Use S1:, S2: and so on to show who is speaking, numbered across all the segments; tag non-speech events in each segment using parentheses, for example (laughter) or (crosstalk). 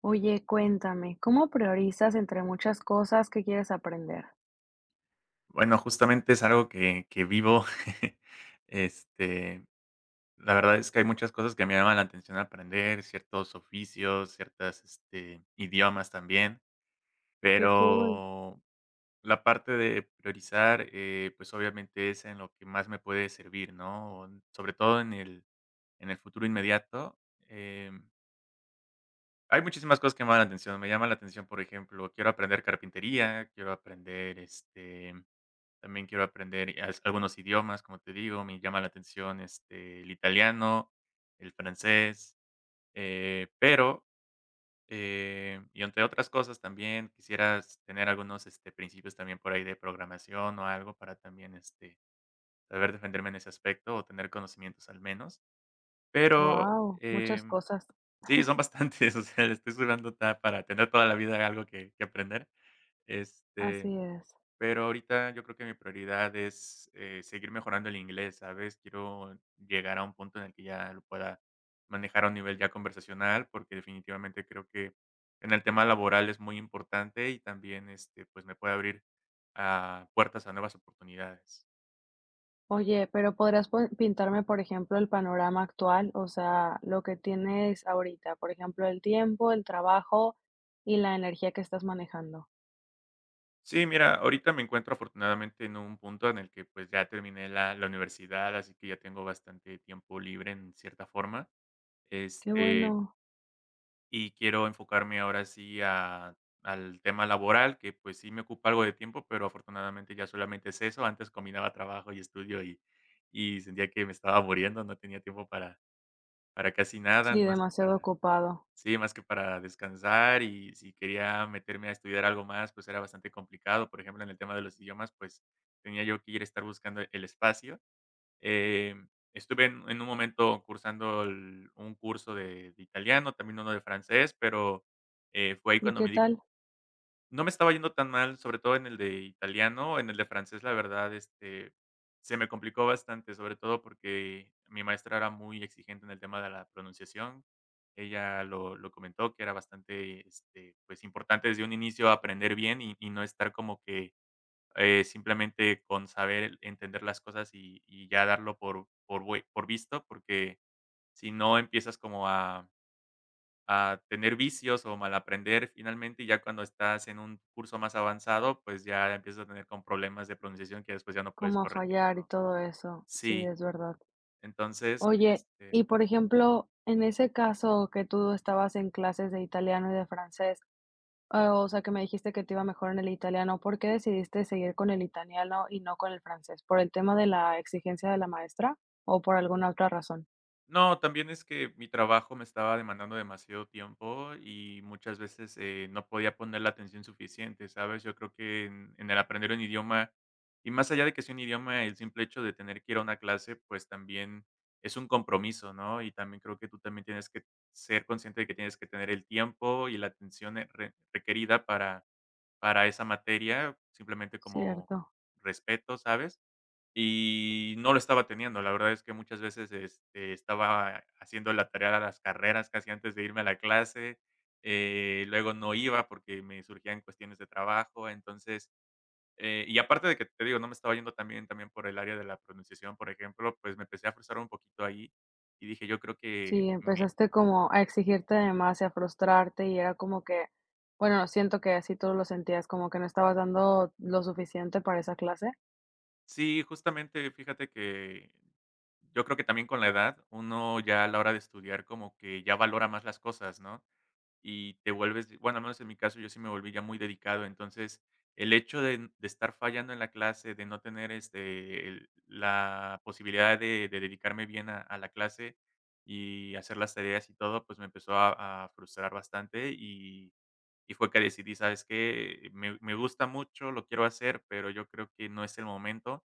S1: Oye, cuéntame, ¿cómo priorizas entre muchas cosas que quieres aprender?
S2: Bueno, justamente es algo que vivo. (laughs) Este, la verdad es que hay muchas cosas que me llaman la atención aprender, ciertos oficios, ciertas, idiomas también,
S1: Qué cool.
S2: pero la parte de priorizar, pues, obviamente es en lo que más me puede servir, ¿no? O sobre todo en el futuro inmediato, em, hay muchísimas cosas que me llaman la atención. Me llama la atención, por ejemplo, quiero aprender carpintería, quiero aprender, también quiero aprender as algunos idiomas, como te digo, me llama la atención, el italiano, el francés, eh, pero, y entre otras cosas también quisieras tener algunos, principios también por ahí de programación o algo para también, saber defenderme en ese aspecto o tener conocimientos al menos. Pero,
S1: Wow, muchas
S2: em,
S1: cosas.
S2: sí, son
S1: (laughs)
S2: bastantes, (laughs) o sea, le estoy sudando ta para tener toda la vida algo que aprender, este
S1: Así es.
S2: Pero ahorita yo creo que mi prioridad es, seguir mejorando el inglés, ¿sabes? Quiero llegar a un punto en el que ya lo pueda manejar a un nivel ya conversacional, porque definitivamente creo que en el tema laboral es muy importante y también, pues, me puede abrir, puertas a nuevas oportunidades.
S1: Oye, pero podrías pintarme, por ejemplo, el panorama actual, o sea, lo que tienes ahorita, por ejemplo, el tiempo, el trabajo y la energía que estás manejando.
S2: Sí, mira, ahorita me encuentro afortunadamente en un punto en el que, pues, ya terminé la universidad, así que ya tengo bastante tiempo libre en cierta forma.
S1: Qué
S2: Este,
S1: bueno.
S2: y quiero enfocarme ahora sí a al tema laboral, que pues sí me ocupa algo de tiempo, pero afortunadamente ya solamente es eso. Antes combinaba trabajo y estudio y sentía que me estaba muriendo, no tenía tiempo para casi nada,
S1: Sí,
S2: más que para
S1: demasiado ocupado.
S2: sí, más que para descansar, y si quería meterme a estudiar algo más, pues era bastante complicado. Por ejemplo, en el tema de los idiomas, pues tenía yo que ir a estar buscando el espacio. Estuve en un momento cursando el un curso de italiano, también uno de francés, fue ahí
S1: ¿Y
S2: cuando
S1: qué
S2: me di
S1: tal?
S2: no me estaba yendo tan mal, sobre todo en el de italiano. En el de francés, la verdad, se me complicó bastante, sobre todo porque mi maestra era muy exigente en el tema de la pronunciación. Ella lo comentó que era bastante, pues, importante desde un inicio aprender bien y no estar como que simplemente con saber entender las cosas y ya darlo por visto, porque si no empiezas como a tener vicios o mal aprender finalmente, y ya cuando estás en un curso más avanzado, pues, ya empiezas a tener con problemas de pronunciación que después ya no puedes
S1: ¿Cómo a
S2: corregir,
S1: fallar y
S2: ¿no?
S1: todo eso? Sí,
S2: Sí,
S1: es verdad.
S2: entonces,
S1: Oye, y por ejemplo, en ese caso que tú estabas en clases de italiano y de francés, o sea, que me dijiste que te iba mejor en el italiano, ¿por qué decidiste seguir con el italiano y no con el francés? ¿Por el tema de la exigencia de la maestra o por alguna otra razón?
S2: No, también es que mi trabajo me estaba demandando demasiado tiempo y muchas veces, no podía poner la atención suficiente, ¿sabes? Yo creo que en el aprender un idioma, y más allá de que sea un idioma, el simple hecho de tener que ir a una clase, pues también es un compromiso, ¿no? Y también creo que tú también tienes que ser consciente de que tienes que tener el tiempo y la atención, re requerida para esa materia, simplemente como
S1: Cierto.
S2: respeto, ¿sabes? Y no lo estaba teniendo. La verdad es que muchas veces, estaba haciendo la tarea a las carreras casi antes de irme a la clase, luego no iba porque me surgían cuestiones de trabajo. Entonces, y aparte de que, te digo, no me estaba yendo también por el área de la pronunciación, por ejemplo, pues me empecé a frustrar un poquito ahí y dije: "Yo creo que
S1: Sí,
S2: me".
S1: empezaste como a exigirte de más y a frustrarte y era como que, bueno, siento que así tú lo sentías, como que no estabas dando lo suficiente para esa clase.
S2: Sí, justamente, fíjate que yo creo que también con la edad uno ya a la hora de estudiar como que ya valora más las cosas, ¿no? Y te vuelves, bueno, al menos en mi caso, yo sí me volví ya muy dedicado. Entonces, el hecho de estar fallando en la clase, de no tener la posibilidad de dedicarme bien a la clase y hacer las tareas y todo, pues me empezó a frustrar bastante y fue que decidí, ¿sabes qué? Me gusta mucho, lo quiero hacer, pero yo creo que no es el momento.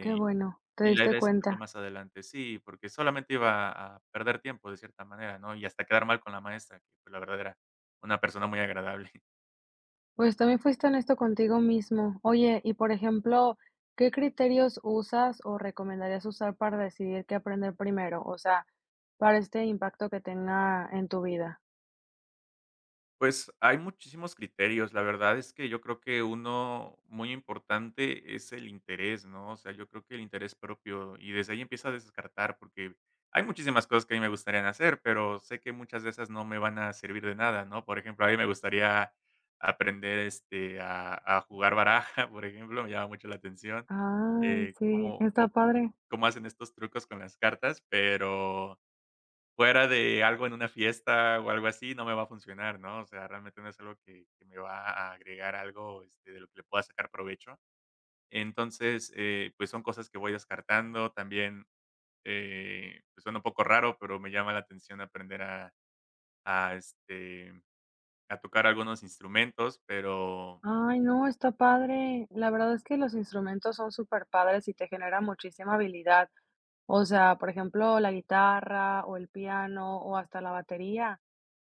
S1: Qué bueno, te
S2: y la
S1: diste
S2: idea es hacerlo
S1: cuenta.
S2: más adelante, sí, porque solamente iba a perder tiempo de cierta manera, ¿no? Y hasta quedar mal con la maestra, que, pues, la verdad era una persona muy agradable. (laughs)
S1: Pues también fuiste honesto contigo mismo. Oye, y por ejemplo, ¿qué criterios usas o recomendarías usar para decidir qué aprender primero? O sea, para este impacto que tenga en tu vida.
S2: Pues, hay muchísimos criterios. La verdad es que yo creo que uno muy importante es el interés, ¿no? O sea, yo creo que el interés propio, y desde ahí empieza a descartar, porque hay muchísimas cosas que a mí me gustarían hacer, pero sé que muchas de esas no me van a servir de nada, ¿no? Por ejemplo, a mí me gustaría aprender, a jugar baraja, (laughs) por ejemplo, me llama mucho la atención.
S1: Ay,
S2: eh,
S1: sí,
S2: cómo có
S1: está padre.
S2: Cómo hacen estos trucos con las cartas, pero fuera de algo en una fiesta o algo así, no me va a funcionar, ¿no? O sea, realmente no es algo que me va a agregar algo, de lo que le pueda sacar provecho. Entonces, pues, son cosas que voy descartando. También, pues, suena un poco raro, pero me llama la atención aprender a, este, a tocar algunos instrumentos, pero
S1: Ay, no, está padre. La verdad es que los instrumentos son súper padres y te generan muchísima habilidad. O sea, por ejemplo, la guitarra o el piano o hasta la batería.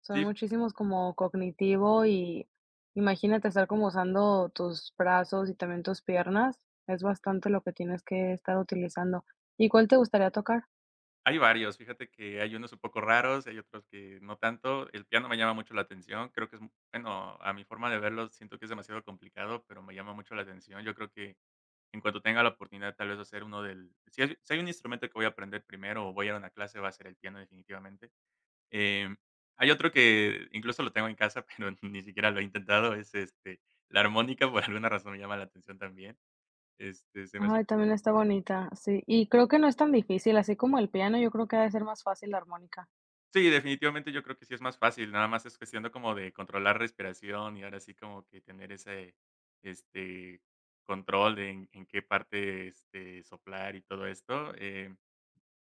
S1: Son
S2: sí.
S1: muchísimos como cognitivo y imagínate estar como usando tus brazos y también tus piernas. Es bastante lo que tienes que estar utilizando. ¿Y cuál te gustaría tocar?
S2: Hay varios, fíjate que hay unos un poco raros, hay otros que no tanto. El piano me llama mucho la atención, creo que es, bueno, a mi forma de verlo, siento que es demasiado complicado, pero me llama mucho la atención. Yo creo que en cuanto tenga la oportunidad, tal vez hacer uno del... Si hay un instrumento que voy a aprender primero o voy a ir a una clase, va a ser el piano definitivamente. Em, Hay otro que incluso lo tengo en casa, (laughs) pero ni siquiera lo he intentado, es la armónica, por alguna razón me llama la atención también. Se me hace
S1: Ay, también está bonita, sí. Y creo que no es tan difícil, así como el piano, yo creo que ha de ser más fácil la armónica.
S2: sí, definitivamente yo creo que sí es más fácil, nada más es cuestión de como de controlar respiración y ahora sí como que tener ese, este, control en qué parte, soplar y todo esto.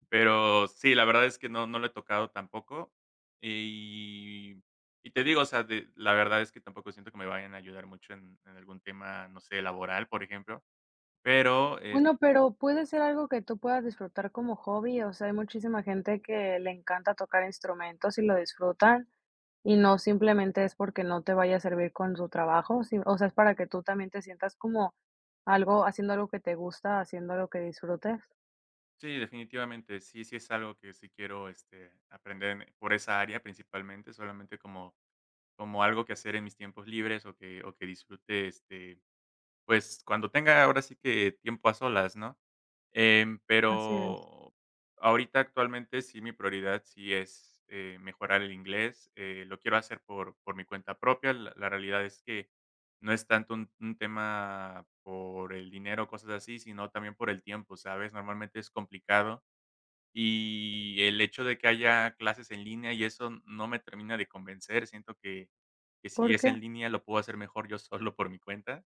S2: Pero sí, la verdad es que no lo he tocado tampoco. Y, y te digo, o sea, la verdad es que tampoco siento que me vayan a ayudar mucho en algún tema, no sé, laboral, por ejemplo. Pero eh,
S1: Bueno, pero puede ser algo que tú puedas disfrutar como hobby, o sea, hay muchísima gente que le encanta tocar instrumentos y lo disfrutan. Y no simplemente es porque no te vaya a servir con su trabajo, sí, o sea, es para que tú también te sientas como algo haciendo algo que te gusta, haciendo algo que disfrutes.
S2: sí, definitivamente, sí, sí es algo que sí quiero aprender por esa área principalmente, solamente como Como algo que hacer en mis tiempos libres o que disfrute, pues, cuando tenga ahora sí que tiempo a solas, ¿no? Em,
S1: Así es.
S2: pero Ahorita actualmente sí, mi prioridad sí es, mejorar el inglés, lo quiero hacer por mi cuenta propia. La realidad es que no es tanto un tema por el dinero cosas así, sino también por el tiempo, ¿sabes? Normalmente es complicado y el hecho de que haya clases en línea y eso no me termina de convencer, siento que si
S1: ¿Por
S2: es
S1: qué?
S2: en línea lo puedo hacer mejor yo solo por mi cuenta.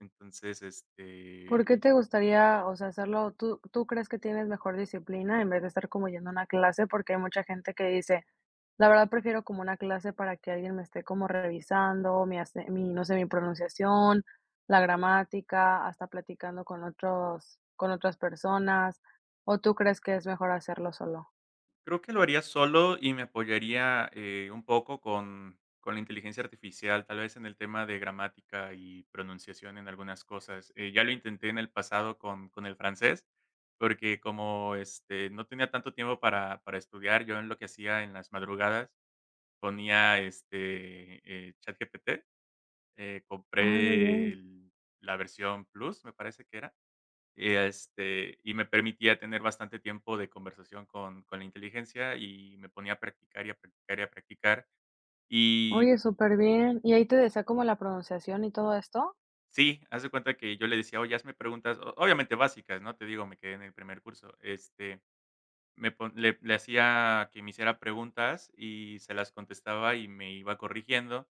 S2: Entonces,
S1: ¿Por qué te gustaría, o sea, hacerlo? ¿Tú crees que tienes mejor disciplina en vez de estar como yendo a una clase? Porque hay mucha gente que dice: "La verdad prefiero como una clase para que alguien me esté como revisando mi, no sé, mi pronunciación, la gramática, hasta platicando con otros con otras personas", ¿o tú crees que es mejor hacerlo solo?
S2: creo que lo haría solo y me apoyaría, un poco con la inteligencia artificial, tal vez en el tema de gramática y pronunciación en algunas cosas. Ya lo intenté en el pasado con el francés, porque como, no tenía tanto tiempo para estudiar, yo en lo que hacía en las madrugadas ponía, ChatGPT,
S1: Ay, muy
S2: compré
S1: bien.
S2: el la versión Plus, me parece que era, y, y me permitía tener bastante tiempo de conversación con la inteligencia, y me ponía a practicar, y a practicar, y a practicar. Y
S1: Oye, súper bien. ¿Y ahí te decía como la pronunciación y todo esto?
S2: sí, haz de cuenta que yo le decía: "Oye, hazme preguntas", o obviamente básicas, ¿no? Te digo, me quedé en el primer curso, este Me pon le hacía que me hiciera preguntas y se las contestaba y me iba corrigiendo.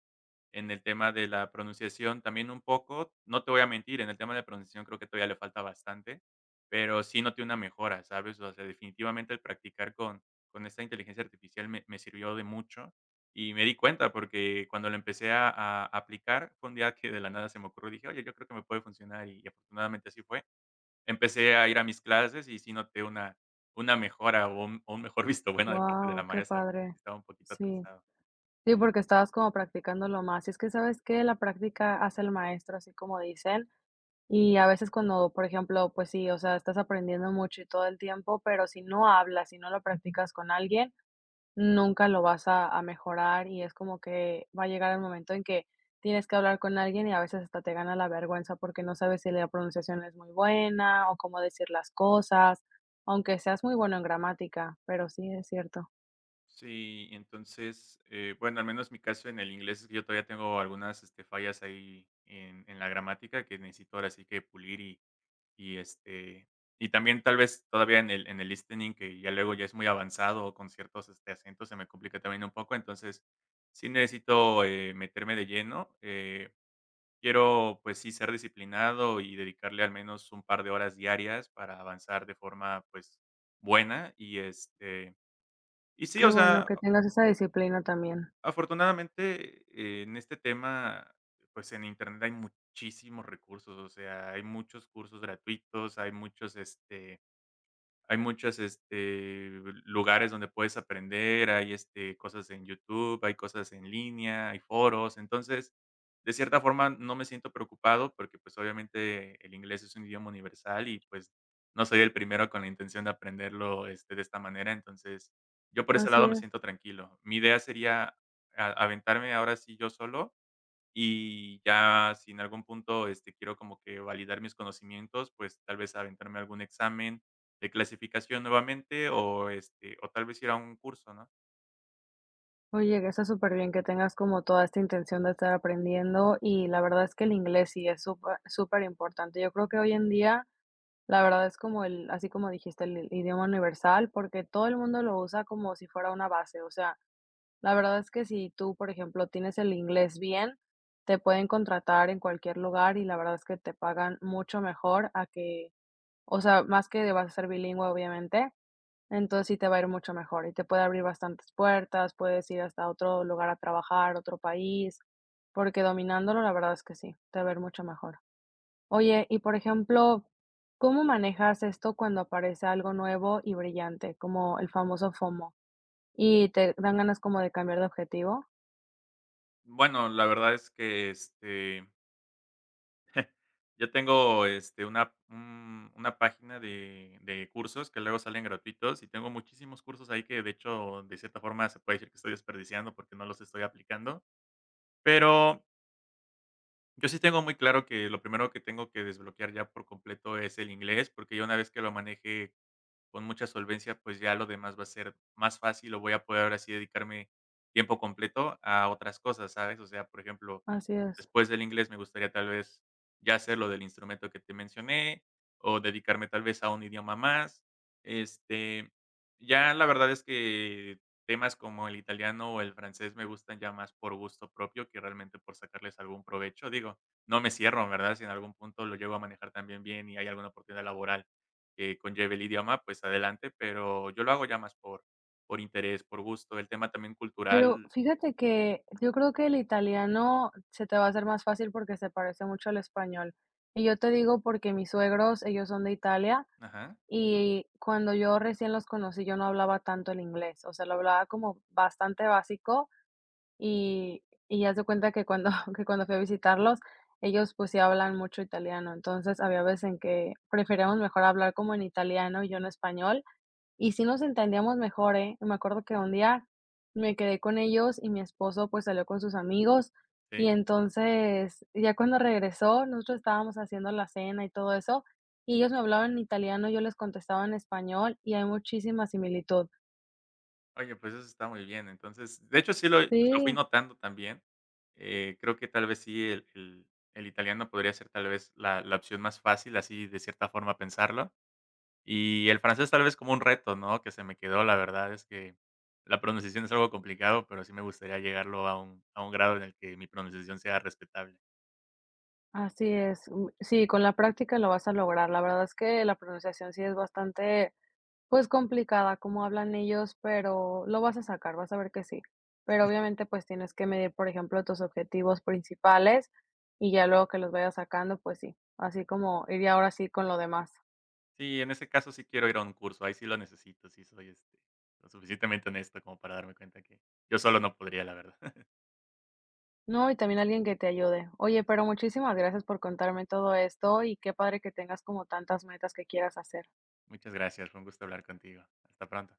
S2: En el tema de la pronunciación también un poco, no te voy a mentir, en el tema de la pronunciación creo que todavía le falta bastante, pero sí noté una mejora, ¿sabes? O sea, definitivamente el practicar con esta inteligencia artificial me sirvió de mucho y me di cuenta, porque cuando lo empecé a aplicar, fue un día que de la nada se me ocurrió, dije: "Oye, yo creo que me puede funcionar", y afortunadamente así fue. Empecé a ir a mis clases y sí noté una mejora o un mejor (laughs) visto bueno de parte de la
S1: Guau, qué
S2: maestra, porque sí
S1: padre.
S2: estaba un poquito
S1: Sí.
S2: atrasado.
S1: Sí, porque estabas como practicándolo más. Y es que, ¿sabes que la práctica hace el maestro, así como dicen? Y a veces cuando, por ejemplo, pues sí, o sea, estás aprendiendo mucho y todo el tiempo, pero si no hablas, si no lo practicas con alguien, nunca lo vas a mejorar, y es como que va a llegar el momento en que tienes que hablar con alguien y a veces hasta te gana la vergüenza porque no sabes si la pronunciación es muy buena o cómo decir las cosas, aunque seas muy bueno en gramática, pero sí es cierto.
S2: Sí, entonces, bueno, al menos mi caso en el inglés es que yo todavía tengo algunas, fallas ahí en la gramática que necesito ahora sí que pulir y, y también tal vez todavía en el listening, que ya luego ya es muy avanzado o con ciertos, acentos se me complica también un poco. Entonces, sí necesito, meterme de lleno, quiero, pues sí, ser disciplinado y dedicarle al menos un par de horas diarias para avanzar de forma, pues, buena y, y sí,
S1: Qué
S2: o sea,
S1: bueno que tengas esa disciplina también.
S2: afortunadamente, en este tema, pues, en Internet hay muchísimos recursos, o sea, hay muchos cursos gratuitos, hay muchos, hay muchos este, lugares donde puedes aprender, hay, cosas en YouTube, hay cosas en línea, hay foros. Entonces, de cierta forma, no me siento preocupado porque, pues, obviamente, el inglés es un idioma universal y, pues, no soy el primero con la intención de aprenderlo, de esta manera. Entonces, yo por ese
S1: Así
S2: lado me
S1: es.
S2: siento tranquilo. Mi idea sería a aventarme ahora sí yo solo y ya si en algún punto, quiero como que validar mis conocimientos, pues, tal vez aventarme algún examen de clasificación nuevamente o, o tal vez ir a un curso, ¿no?
S1: Oye, que está súper bien que tengas como toda esta intención de estar aprendiendo, y la verdad es que el inglés sí es súper súper importante. Yo creo que hoy en día, la verdad es como el, así como dijiste, el idioma universal, porque todo el mundo lo usa como si fuera una base. O sea, la verdad es que si tú, por ejemplo, tienes el inglés bien, te pueden contratar en cualquier lugar y la verdad es que te pagan mucho mejor a que, o sea, más que vas a ser bilingüe, obviamente. Entonces, sí te va a ir mucho mejor y te puede abrir bastantes puertas, puedes ir hasta otro lugar a trabajar, otro país, porque dominándolo, la verdad es que sí, te va a ir mucho mejor. Oye, y por ejemplo, ¿cómo manejas esto cuando aparece algo nuevo y brillante, como el famoso FOMO? ¿Y te dan ganas como de cambiar de objetivo?
S2: Bueno, la verdad es que, ya tengo, una página de cursos que luego salen gratuitos y tengo muchísimos cursos ahí que, de hecho, de cierta forma se puede decir que estoy desperdiciando porque no los estoy aplicando, pero yo sí tengo muy claro que lo primero que tengo que desbloquear ya por completo es el inglés, porque ya una vez que lo maneje con mucha solvencia, pues ya lo demás va a ser más fácil o voy a poder ahora sí dedicarme tiempo completo a otras cosas, ¿sabes? O sea, por ejemplo,
S1: Así es.
S2: después del inglés me gustaría tal vez ya hacer lo del instrumento que te mencioné o dedicarme tal vez a un idioma más. Este, ya la verdad es que temas como el italiano o el francés me gustan ya más por gusto propio que realmente por sacarles algún provecho. Digo, no me cierro, ¿verdad? Si en algún punto lo llego a manejar también bien y hay alguna oportunidad laboral que conlleve el idioma, pues adelante, pero yo lo hago ya más por interés, por gusto, el tema también
S1: Pero
S2: cultural.
S1: fíjate que yo creo que el italiano se te va a hacer más fácil porque se parece mucho al español. Y yo te digo porque mis suegros, ellos son de Italia.
S2: Ajá,
S1: Y cuando yo recién los conocí, yo no hablaba tanto el inglés, o sea, lo hablaba como bastante básico, y y haz de cuenta que cuando (laughs) que cuando fui a visitarlos, ellos, pues, sí hablan mucho italiano. Entonces, había veces en que preferíamos mejor hablar como en italiano y yo en español, y sí nos entendíamos mejor, ¿eh? Me acuerdo que un día me quedé con ellos y mi esposo, pues, salió con sus amigos, y
S2: sí.
S1: entonces, ya cuando regresó, nosotros estábamos haciendo la cena y todo eso, y ellos me hablaban en italiano, yo les contestaba en español, y hay muchísima similitud.
S2: Oye, pues eso está muy bien. Entonces, de hecho, sí lo fui
S1: Sí,
S2: notando también. Creo que tal vez sí el italiano podría ser tal vez la la opción más fácil, así de cierta forma pensarlo. Y el francés tal vez como un reto, ¿no? Que se me quedó, la verdad es que la pronunciación es algo complicado, pero sí me gustaría llegarlo a un grado en el que mi pronunciación sea respetable.
S1: así es. Mm, sí, con la práctica lo vas a lograr. La verdad es que la pronunciación sí es bastante, pues, complicada, como hablan ellos, pero lo vas a sacar, vas a ver que sí. Pero obviamente, pues tienes que medir, por ejemplo, tus objetivos principales y ya luego que los vayas sacando, pues sí, así como iría ahora sí con lo demás.
S2: Sí, en ese caso sí quiero ir a un curso, ahí sí lo necesito, sí soy, lo suficientemente honesto como para darme cuenta que yo solo no podría, la verdad. (laughs)
S1: No, y también alguien que te ayude. Oye, pero muchísimas gracias por contarme todo esto y qué padre que tengas como tantas metas que quieras hacer.
S2: Muchas gracias, fue un gusto hablar contigo. Hasta pronto.